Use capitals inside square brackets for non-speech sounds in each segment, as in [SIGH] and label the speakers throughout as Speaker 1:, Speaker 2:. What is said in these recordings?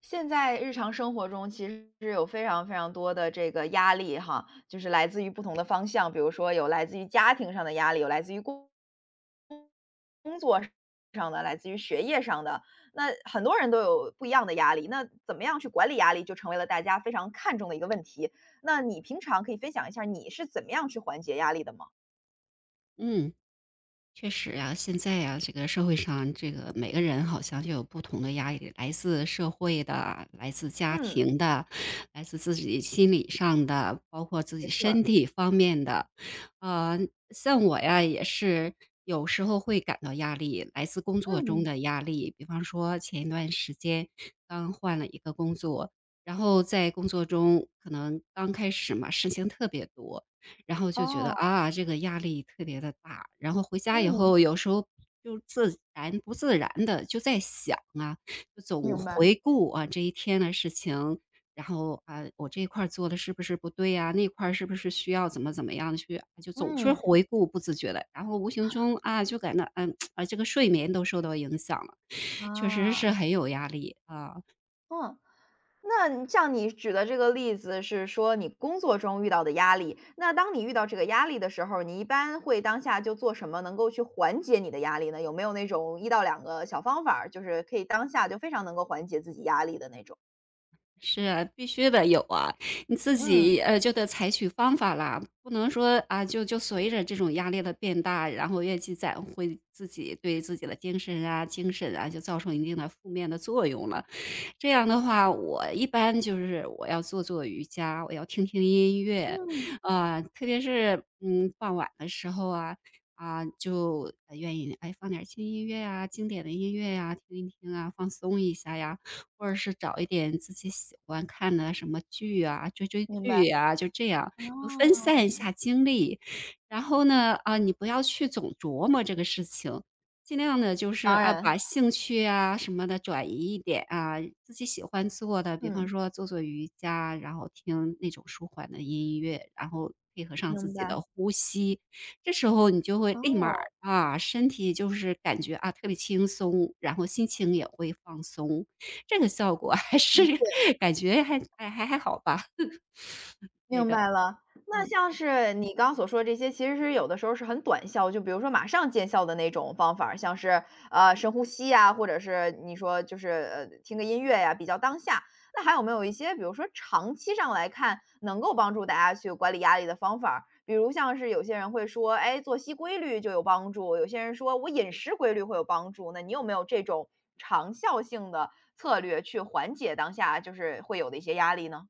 Speaker 1: 现在日常生活中其实是有非常非常多的这个压力哈，就是来自于不同的方向，比如说有来自于家庭上的压力，有来自于工作上的，来自于学业上的，那很多人都有不一样的压力，那怎么样去管理压力就成为了大家非常看重的一个问题。那你平常可以分享一下儿你是怎么样去缓解压力的吗？
Speaker 2: 嗯，确实呀，现在呀，这个社会上，这个每个人好像就有不同的压力，来自社会的，来自家
Speaker 1: 嗯，
Speaker 2: 庭的，来自自己心理上的，包括自
Speaker 1: 没
Speaker 2: 己
Speaker 1: 错儿，
Speaker 2: 身体方面的。呃，像我呀，也是有时候会感到压力，来自工作中
Speaker 1: 嗯，
Speaker 2: 的压力。比方说，前一段时间刚换了一个工作，然后在工作中可能刚开始嘛，事情特别多。然后就觉得，
Speaker 1: 哦，
Speaker 2: 啊，这个压力特别的大。然后回家以
Speaker 1: 嗯，
Speaker 2: 后，有时候就自然不自然的就在想啊，就总
Speaker 1: 明白，
Speaker 2: 回顾啊这一天的事情，然后，啊，我这一块儿做的是不是不对呀？那块儿是不是需要怎么怎么样去就总是
Speaker 1: 嗯，
Speaker 2: 回顾不自觉的。然后无形中，啊，就感到，这个睡眠都受到影响了，确实是
Speaker 1: 啊，
Speaker 2: 很有压力，啊。
Speaker 1: 嗯。那你像你举的这个例子是说你工作中遇到的压力，那当你遇到这个压力的时候，你一般会当下就做什么能够去缓解你的压力呢？有没有那种一到两个小方法儿，就是可以当下就非常能够缓解自己压力的那种？
Speaker 2: 是啊，必须得有啊，你自
Speaker 1: 嗯，
Speaker 2: 己就得采取方法啦，不能说啊就随着这种压力的变大，然后越积攒会自己对自己的精神啊就造成一定的负面的作用了。这样的话，我一般就是我要做做瑜伽，我要听听音乐，
Speaker 1: 嗯，
Speaker 2: 啊，特别是，嗯，傍晚的时候啊，啊，就，愿意，哎，放点轻音乐呀，经典的音乐呀，听一听啊，放松一下呀，或者是找一点自己喜欢看的什么剧啊，追追
Speaker 1: 明白。
Speaker 2: 剧呀，就这样，就分
Speaker 1: 哦，
Speaker 2: 散一下精力。然后呢，啊，你不要去总琢磨这个事情，尽量的就是，
Speaker 1: 当
Speaker 2: 啊，把
Speaker 1: 然，
Speaker 2: 兴趣啊什么的转移一点啊，自己喜欢做的，比方
Speaker 1: 嗯。
Speaker 2: 说做做瑜伽，然后听那种舒缓的音乐，然后配合上自
Speaker 1: 明
Speaker 2: 己
Speaker 1: 白，
Speaker 2: 的呼吸，这时候你就会立马
Speaker 1: 哦，
Speaker 2: 儿啊，身体就是感觉，啊，特别轻松，然后心情也会放松，这个效果还是
Speaker 1: 的
Speaker 2: [LAUGHS] 感觉还好吧，对
Speaker 1: 明
Speaker 2: 的，
Speaker 1: 白了。那
Speaker 2: 嗯。
Speaker 1: 像是你刚刚所说的这些，其实是有的时候是很短效，就比如说马上见效的那种方法儿像是深呼吸呀，或者是你说就是听个音乐呀，比较当下。那还有没有一些，比如说长期上来看，能够帮助大家去管理压力的方法儿比如像是有些人会说，哎，作息规律就有帮助；有些人说我饮食规律会有帮助。那你有没有这种长效性的策略去缓解当下就是会有的一些压力呢？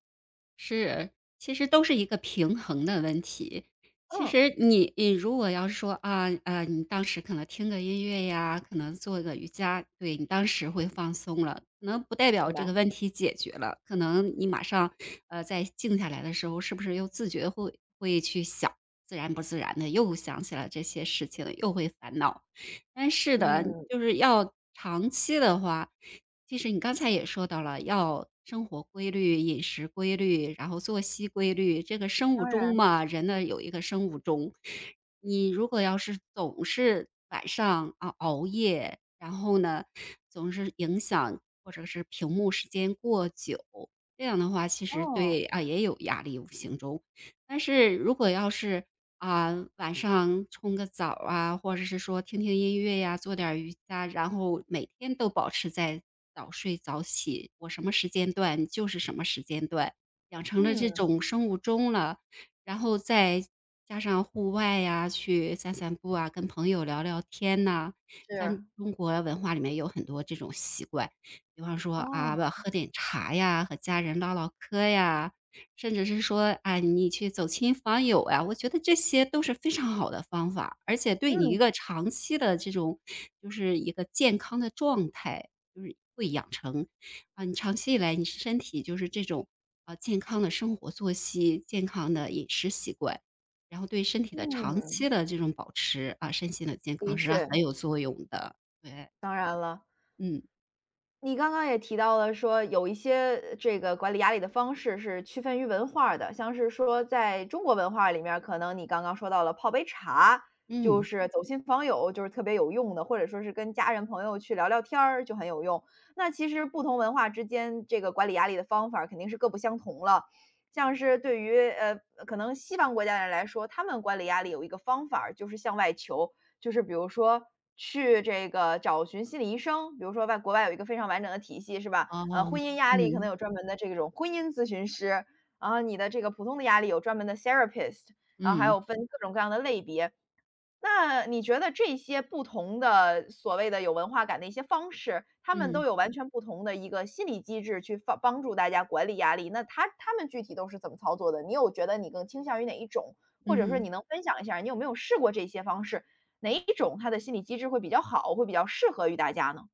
Speaker 2: 是，其实都是一个平衡的问题。其
Speaker 1: 嗯，
Speaker 2: 实你如果要是说啊，你当时可能听个音乐呀，可能做个瑜伽，对你当时会放松了，可能不代表
Speaker 1: 明
Speaker 2: 这个
Speaker 1: 白。
Speaker 2: 问题解决了。可能你马上在静下来的时候，是不是又自觉会去想，自然不自然的又想起了这些事情，又会烦恼。但是的，
Speaker 1: 嗯，
Speaker 2: 就是要长期的话。其实你刚才也说到了，要生活规律、饮食规律，然后作息规律，这个生
Speaker 1: 当
Speaker 2: 物钟
Speaker 1: 然，
Speaker 2: 嘛，人呢有一个生物钟。你如果要是总是晚上啊熬夜，然后呢总是影响或者是屏幕时间过久，这样的话其实
Speaker 1: 哦，
Speaker 2: 对啊也有压力无形中。但是如果要是啊，晚上冲个澡儿啊，或者是说听听音乐呀，做点儿瑜伽，然后每天都保持在早睡早起，我什么时间段就是什么时间段，养成了这
Speaker 1: 嗯，
Speaker 2: 种生物钟了。然后再加上户外呀，去散散步啊，跟朋友聊聊天呐，像
Speaker 1: 是，
Speaker 2: 中国文化里面有很多这种习惯，比方说啊，
Speaker 1: 哦，
Speaker 2: 不喝点茶呀，和家人唠唠嗑呀，甚至是说，哎，你去走亲访友呀，我觉得这些都是非常好的方法，而且对你一
Speaker 1: 嗯，
Speaker 2: 个长期的这种就是一个健康的状态，就是会养成啊，你长期以来你身体就是这种啊健康的生活作息、健康的饮食习惯，然后对身体的长
Speaker 1: 嗯，
Speaker 2: 期的这种保持啊，身心的健
Speaker 1: 的
Speaker 2: 康是
Speaker 1: 确，
Speaker 2: 很有作用的。对，
Speaker 1: 当然了。
Speaker 2: 嗯
Speaker 1: 你刚刚也提到了说，有一些这个管理压力的方式是区分于文化儿的，像是说在中国文化里面儿可能你刚刚说到了泡杯茶，就
Speaker 2: 嗯，
Speaker 1: 是走亲访友，就是特别有用的，或者说是跟家人朋友去聊聊天儿就很有用。那其实不同文化之间这个管理压力的方法儿肯定是各不相同了。像是对于可能西方国家的人来说，他们管理压力有一个方法儿就是向外求，就是比如说去这个找寻心理医生，比如说外国外有一个非常完整的体系，是吧？呃，
Speaker 2: 哦，
Speaker 1: 婚
Speaker 2: 嗯
Speaker 1: 姻压力可能
Speaker 2: 嗯
Speaker 1: 有专门的这种婚姻咨询师，然后你的这个普通的压力有专门的 therapist，然后还
Speaker 2: 嗯。
Speaker 1: 有分各种各样的类别。那你觉得这些不同的所谓的有文化感的一些方式，他们都
Speaker 2: 嗯
Speaker 1: 有完全不同的一个心理机制去放帮助大家管理压力，那他们具体都是怎么操作的？你有觉得你更倾向于哪一种？或者说你能分享一下儿你有没有试过这些方式，哪一种它的心理机制会比较好，会比较适合于大家呢？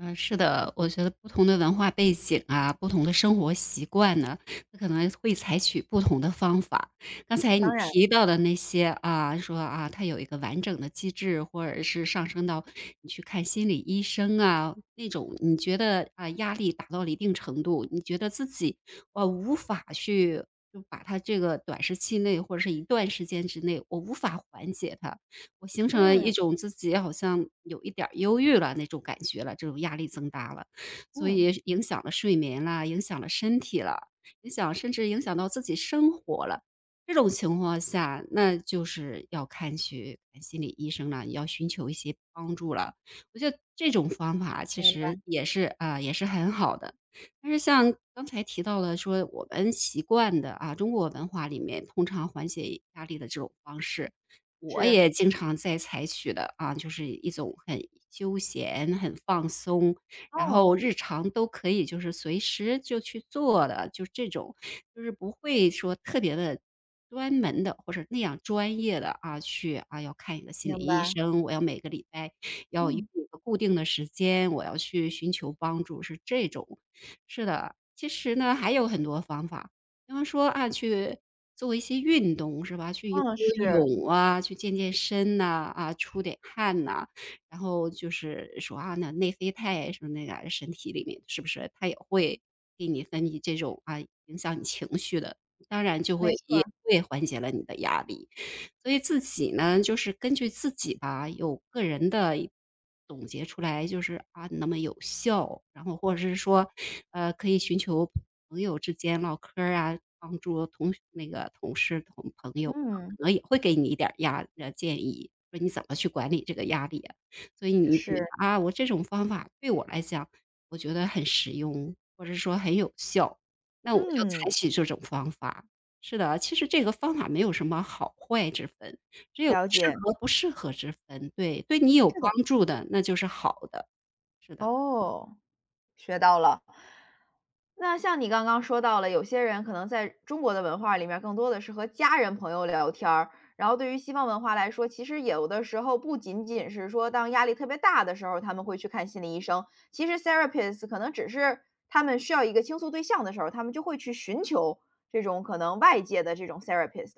Speaker 2: 嗯，是的，我觉得不同的文化背景啊，不同的生活习惯呢，它可能会采取不同的方法。刚才你
Speaker 1: 当然。
Speaker 2: 提到的那些啊，说啊，它有一个完整的机制，或者是上升到你去看心理医生啊，那种你觉得啊，压力达到了一定程度，你觉得自己我无法去就把它这个短时期内或者是一段时间之内，我无法缓解它，我形成了一
Speaker 1: 嗯，
Speaker 2: 种自己好像有一点儿忧郁了那种感觉了，这种压力增大了，所
Speaker 1: 嗯。
Speaker 2: 以影响了睡眠啦，影响了身体了，甚至影响到自己生活了。这种情况下，那就是去看心理医生了，要寻求一些帮助了。我觉得这种方法其
Speaker 1: 明
Speaker 2: 实
Speaker 1: 白。
Speaker 2: 也是啊，也是很好的。但是像刚才提到的说，我们习惯的啊，中国文化里面通常缓解压力的这种方式，我
Speaker 1: 是，
Speaker 2: 也经常在采取的啊，就是一种很休闲、很放松，然
Speaker 1: 嗯。
Speaker 2: 后日常都可以就是随时就去做的，就这种，就是不会说特别的专门的或者那样专业的啊，去啊，要看一个心理
Speaker 1: 明
Speaker 2: 医
Speaker 1: 白。
Speaker 2: 生，我要每个礼拜要有一
Speaker 1: 嗯，
Speaker 2: 个固定的时间，我要去寻求帮助，是这种。是的，其实呢，还有很多方法，比方说啊，去做一些运动是吧？去游
Speaker 1: 嗯，
Speaker 2: 游
Speaker 1: 是，
Speaker 2: 泳啊，去健健身呐，啊，出点汗呐。然后就是说啊，那内啡肽什么那个啊身体里面是不是它也会给你分泌这种啊，影响你情绪的，当然就
Speaker 1: 没
Speaker 2: 会
Speaker 1: 错儿，
Speaker 2: 也会缓解了你的压力。所以自己呢，就是根据自己吧，有个人的一总结出来，就是啊，那么有效，然后或者是说，可以寻求朋友之间唠嗑儿啊，帮助同那个同事同朋友啊，
Speaker 1: 嗯。
Speaker 2: 可能也会给你一点儿建议，说你怎么去管理这个压力啊。所以你觉
Speaker 1: 是。
Speaker 2: 得啊，我这种方法对我来讲，我觉得很实用，或者说很有效，那我就
Speaker 1: 嗯，
Speaker 2: 采取这种方法。是的，其实这个方法没有什么好坏之分，只有
Speaker 1: 了
Speaker 2: 适
Speaker 1: 解。
Speaker 2: 合不适合之分。对，对你有
Speaker 1: 是的。
Speaker 2: 帮助的，那就是好的。是的，
Speaker 1: 哦。学到了。那像你刚刚说到了，有些人可能在中国的文化里面，更多的是和家人朋友聊天儿。然后对于西方文化来说，其实有的时候不仅仅是说，当压力特别大的时候，他们会去看心理医生。其实 therapist 可能只是他们需要一个倾诉对象的时候，他们就会去寻求这种可能外界的这种 therapist。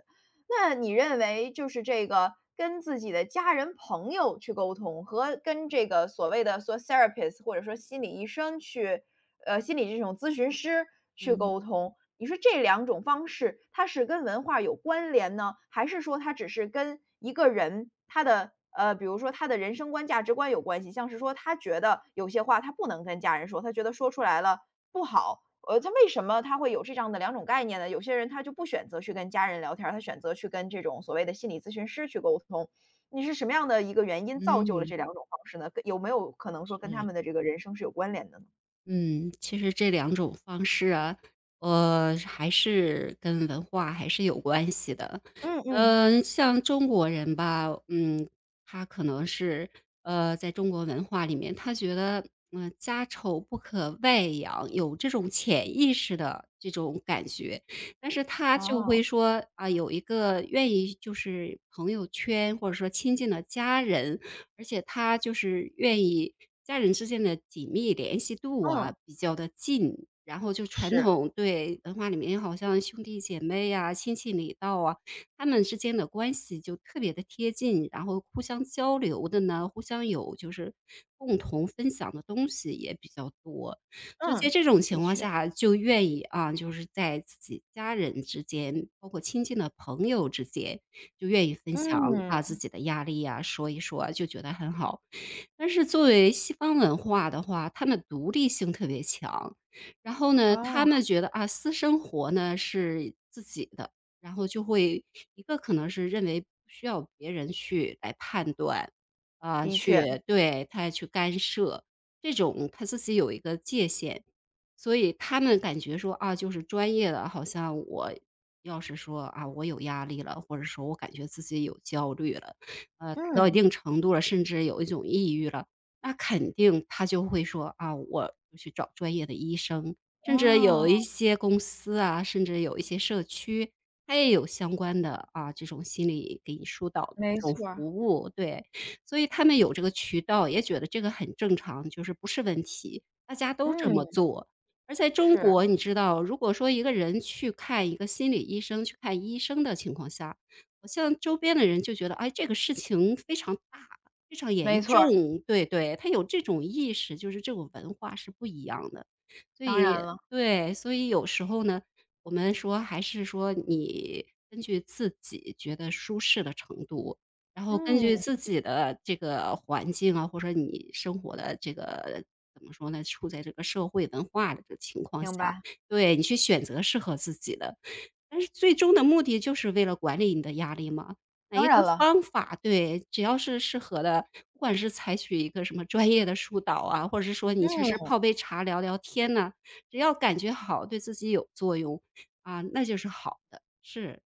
Speaker 1: 那你认为就是这个跟自己的家人朋友去沟通，和跟这个所谓的说 therapist 或者说心理医生去心理这种咨询师去
Speaker 2: 嗯
Speaker 1: 沟通。你说这两种方式，它是跟文化有关联呢，还是说它只是跟一个人他的比如说他的人生观、价值观有关系？像是说他觉得有些话他不能跟家人说，他觉得说出来了不好。他为什么他会有这样的两种概念呢？有些人他就不选择去跟家人聊天儿，他选择去跟这种所谓的心理咨询师去沟通。你是什么样的一个原因造就了
Speaker 2: 嗯，
Speaker 1: 这两种方式呢？跟有没有可能说跟他
Speaker 2: 是。
Speaker 1: 们的这个人生是有关联的呢？
Speaker 2: 嗯，其实这两种方式啊，还是跟文化还是有关系的。
Speaker 1: 嗯嗯。
Speaker 2: 嗯，像中国人吧，嗯，他可能是，在中国文化里面，他觉得，家丑不可外扬，有这种潜意识的这种感觉。但是他就
Speaker 1: 哦，
Speaker 2: 会说啊、有一个愿意就是朋友圈或者说亲近的家人，而且他就是愿意家人之间的紧密联系度
Speaker 1: 嗯，
Speaker 2: 啊比较的近，然后就传
Speaker 1: 是，
Speaker 2: 统对，文化里面好像兄弟姐妹呀、亲戚里道啊，他们之间的关系就特别的贴近，然后互相交流的呢，互相有就是共同分享的东西也比较多。所以在
Speaker 1: 嗯，
Speaker 2: 这种情
Speaker 1: 的
Speaker 2: 况
Speaker 1: 确，
Speaker 2: 下就愿意啊，就是在自己家人之间，包括亲近的朋友之间就愿意分享
Speaker 1: 嗯，
Speaker 2: 啊自己的压力呀，说一说啊就觉得很好。但是作为西方文化的话，他们独立性特别强，然后呢，
Speaker 1: 哦，
Speaker 2: 他们觉得啊，私生活呢是自己的，然后就会一个可能是认为不需要别人去来判断，啊，
Speaker 1: 的
Speaker 2: 去
Speaker 1: 确，
Speaker 2: 对他去干涉，这种他自己有一个界限。所以他们感觉说啊，就是专业的，好像我要是说啊，我有压力了，或者说我感觉自己有焦虑了，达到一
Speaker 1: 嗯，
Speaker 2: 定程度了，甚至有一种抑郁了，那肯定他就会说啊，我就去找专业的医生，甚至有一
Speaker 1: 哦，
Speaker 2: 些公司啊，甚至有一些社区，它也有相关的啊这种心理给你疏导的这
Speaker 1: 没
Speaker 2: 种
Speaker 1: 错
Speaker 2: 服
Speaker 1: 儿
Speaker 2: 务，对，所以他们有这个渠道，也觉得这个很正常，就是不是问题，大家都这
Speaker 1: 嗯，
Speaker 2: 么做。而在中
Speaker 1: 是，
Speaker 2: 国，你知道，如果说一个人去看一个心理医生，去看医生的情况下，好像周边的人就觉得，哎，这个事情非常大，非常严
Speaker 1: 没错儿
Speaker 2: 重，对对，他有这种意识，就是这种文化是不一样的。所
Speaker 1: 当然
Speaker 2: 以
Speaker 1: 了，
Speaker 2: 对，所以有时候呢，我们说还是说你根据自己觉得舒适的程度，然后根据
Speaker 1: 嗯，
Speaker 2: 自己的这个环境啊，或者你生活的这个怎么说呢，处在这个社会文化的这个情况
Speaker 1: 明
Speaker 2: 下，
Speaker 1: 白，
Speaker 2: 对，你去选择适合自己的。但是最终的目的就是为了管理你的压力嘛，
Speaker 1: 当
Speaker 2: 每一个
Speaker 1: 然了，
Speaker 2: 方法对，只要是适合的，不管是采取一个什么专业的疏导啊，或者是说你只是
Speaker 1: 嗯。
Speaker 2: 泡杯茶聊聊天呐，只要感觉好，对自己有作用，啊，那就是好的。是，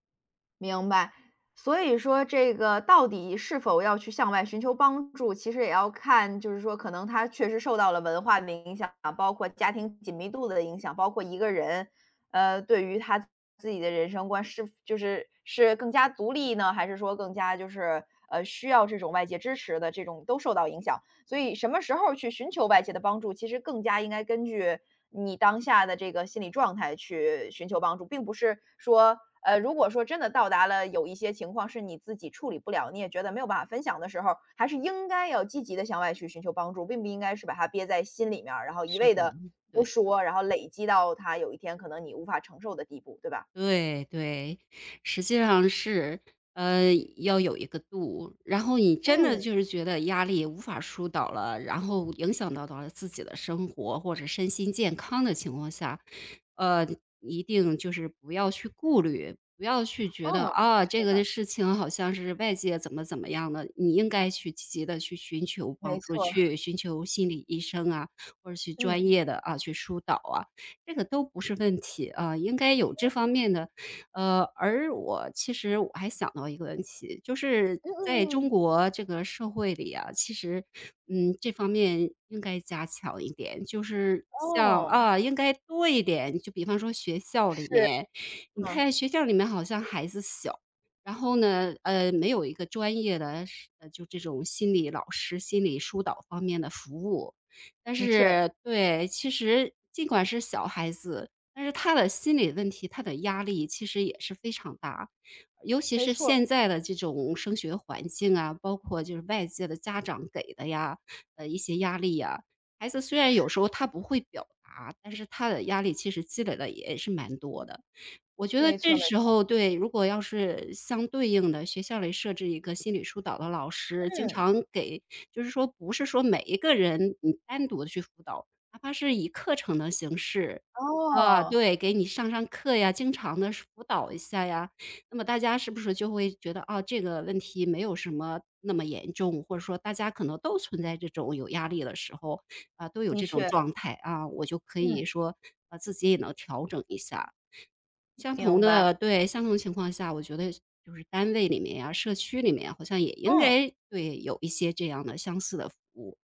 Speaker 1: 明白，所以说这个到底是否要去向外寻求帮助，其实也要看，就是说可能他确实受到了文化的影响，包括家庭紧密度的影响，包括一个人，对于他自己的人生观是是更加独立呢，还是说更加就是需要这种外界支持的这种都受到影响。所以什么时候去寻求外界的帮助，其实更加应该根据你当下的这个心理状态去寻求帮助，并不是说，如果说真的到达了有一些情况是你自己处理不了，你也觉得没有办法分享的时候，还是应该要积极的向外去寻求帮助，并不应该是把它憋在心里面儿，然后一
Speaker 2: 是
Speaker 1: 味
Speaker 2: 的，
Speaker 1: 的不
Speaker 2: 对。
Speaker 1: 说，然后累积到它有一天可能你无法承受的地步，对吧？
Speaker 2: 对对，实际上是，要有一个度。然后你
Speaker 1: 嗯
Speaker 2: 真的就是觉得压力无法疏导了，然后影响到了自己的生活或者身心健康的情况下，呃，一定就是不要去顾虑，不要去觉得
Speaker 1: 嗯，
Speaker 2: 啊，
Speaker 1: 是
Speaker 2: 这个的
Speaker 1: 的，
Speaker 2: 事情好像是外界怎么怎么样的，你应该去积极的去寻求帮
Speaker 1: 没
Speaker 2: 助，
Speaker 1: 错儿，
Speaker 2: 去寻求心理医生啊，或者去专
Speaker 1: 嗯
Speaker 2: 业的啊去疏导啊。这个都不是问题啊，呃应该有这方面的。而我其实还想到一个问题，就是
Speaker 1: 嗯
Speaker 2: 在
Speaker 1: 嗯
Speaker 2: 中
Speaker 1: 嗯，
Speaker 2: 国这个社会里啊，其实，嗯，这方面应该加强一点，就是像
Speaker 1: 哦，
Speaker 2: 啊，应该多一点。就比方说学校
Speaker 1: 是，
Speaker 2: 里面，你
Speaker 1: 嗯，
Speaker 2: 看学校里面好像孩子小，然后呢，没有一个专业的就这种心理老师、心理疏导方面的服务。但
Speaker 1: 的确，
Speaker 2: 是对，其实尽管是小孩子，但是他的心理问题，他的压力其实也是非常大。尤其
Speaker 1: 没
Speaker 2: 是
Speaker 1: 错。
Speaker 2: 现在的这种升学环境啊，包括就是外界的家长给的呀，一些压力呀，孩子虽然有时候他不会表达，但是他的压力其实积累的也是蛮多的。我觉得
Speaker 1: 没错
Speaker 2: 这
Speaker 1: 没
Speaker 2: 时
Speaker 1: 错，
Speaker 2: 候对，如果要是相对应的学校里设置一个心理疏导的老师，经
Speaker 1: 嗯，
Speaker 2: 常给就是说不是说每一个人你单独的去辅导，哪怕是以课程的形式，啊，
Speaker 1: 哦，
Speaker 2: 对，给你上上课呀，经常的辅导一下呀，那么大家是不是就会觉得，啊，这个问题没有什么那么严重，或者说大家可能都存在这种有压力的时候，啊，都有
Speaker 1: 的
Speaker 2: 这种
Speaker 1: 确，
Speaker 2: 状态，啊，我就可
Speaker 1: 嗯，
Speaker 2: 以说，啊，自己也能调整一下。相同
Speaker 1: 明白，
Speaker 2: 的对，相同情况下，我觉得就是单位里面呀、社区里面，好像也应
Speaker 1: 嗯，
Speaker 2: 该对有一些这样的相似的服务。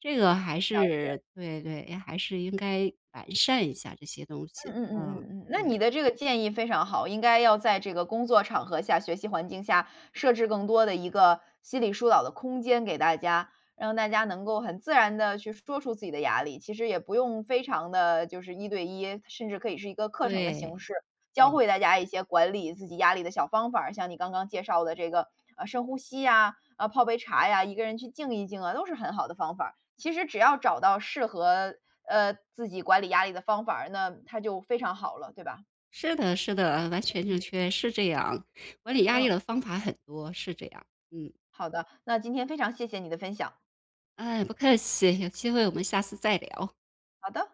Speaker 2: 这个还
Speaker 1: 了解。
Speaker 2: 是对对，还是应该完善一下这些东
Speaker 1: 嗯
Speaker 2: 西。
Speaker 1: 嗯嗯嗯
Speaker 2: 嗯，
Speaker 1: 嗯，嗯那
Speaker 2: 对
Speaker 1: 你的这个建议非常好，应该要在这个工作场合下、学习环境下设置更多的一个心理疏导的空间给大家，让大家能够很自然的去说出自己的压力。其实也不用非常的就是一对一，甚至可以是一个课程的形
Speaker 2: 对
Speaker 1: 式，教
Speaker 2: 对，
Speaker 1: 会大家一些管理自己压力的小方法儿。像你刚刚介绍的这个，深呼吸呀，啊，泡杯茶呀，一个人去静一静啊，都是很好的方法儿。其实只要找到适合自己管理压力的方法儿，那它就非常好了，对吧？
Speaker 2: 是的是的，完全正确，是这样。管理压力
Speaker 1: 嗯，
Speaker 2: 的方法很多，是这样。嗯，
Speaker 1: 好的，那今天非常谢谢你的分享。
Speaker 2: 哎，不客气，有机会我们下次再聊。
Speaker 1: 好的。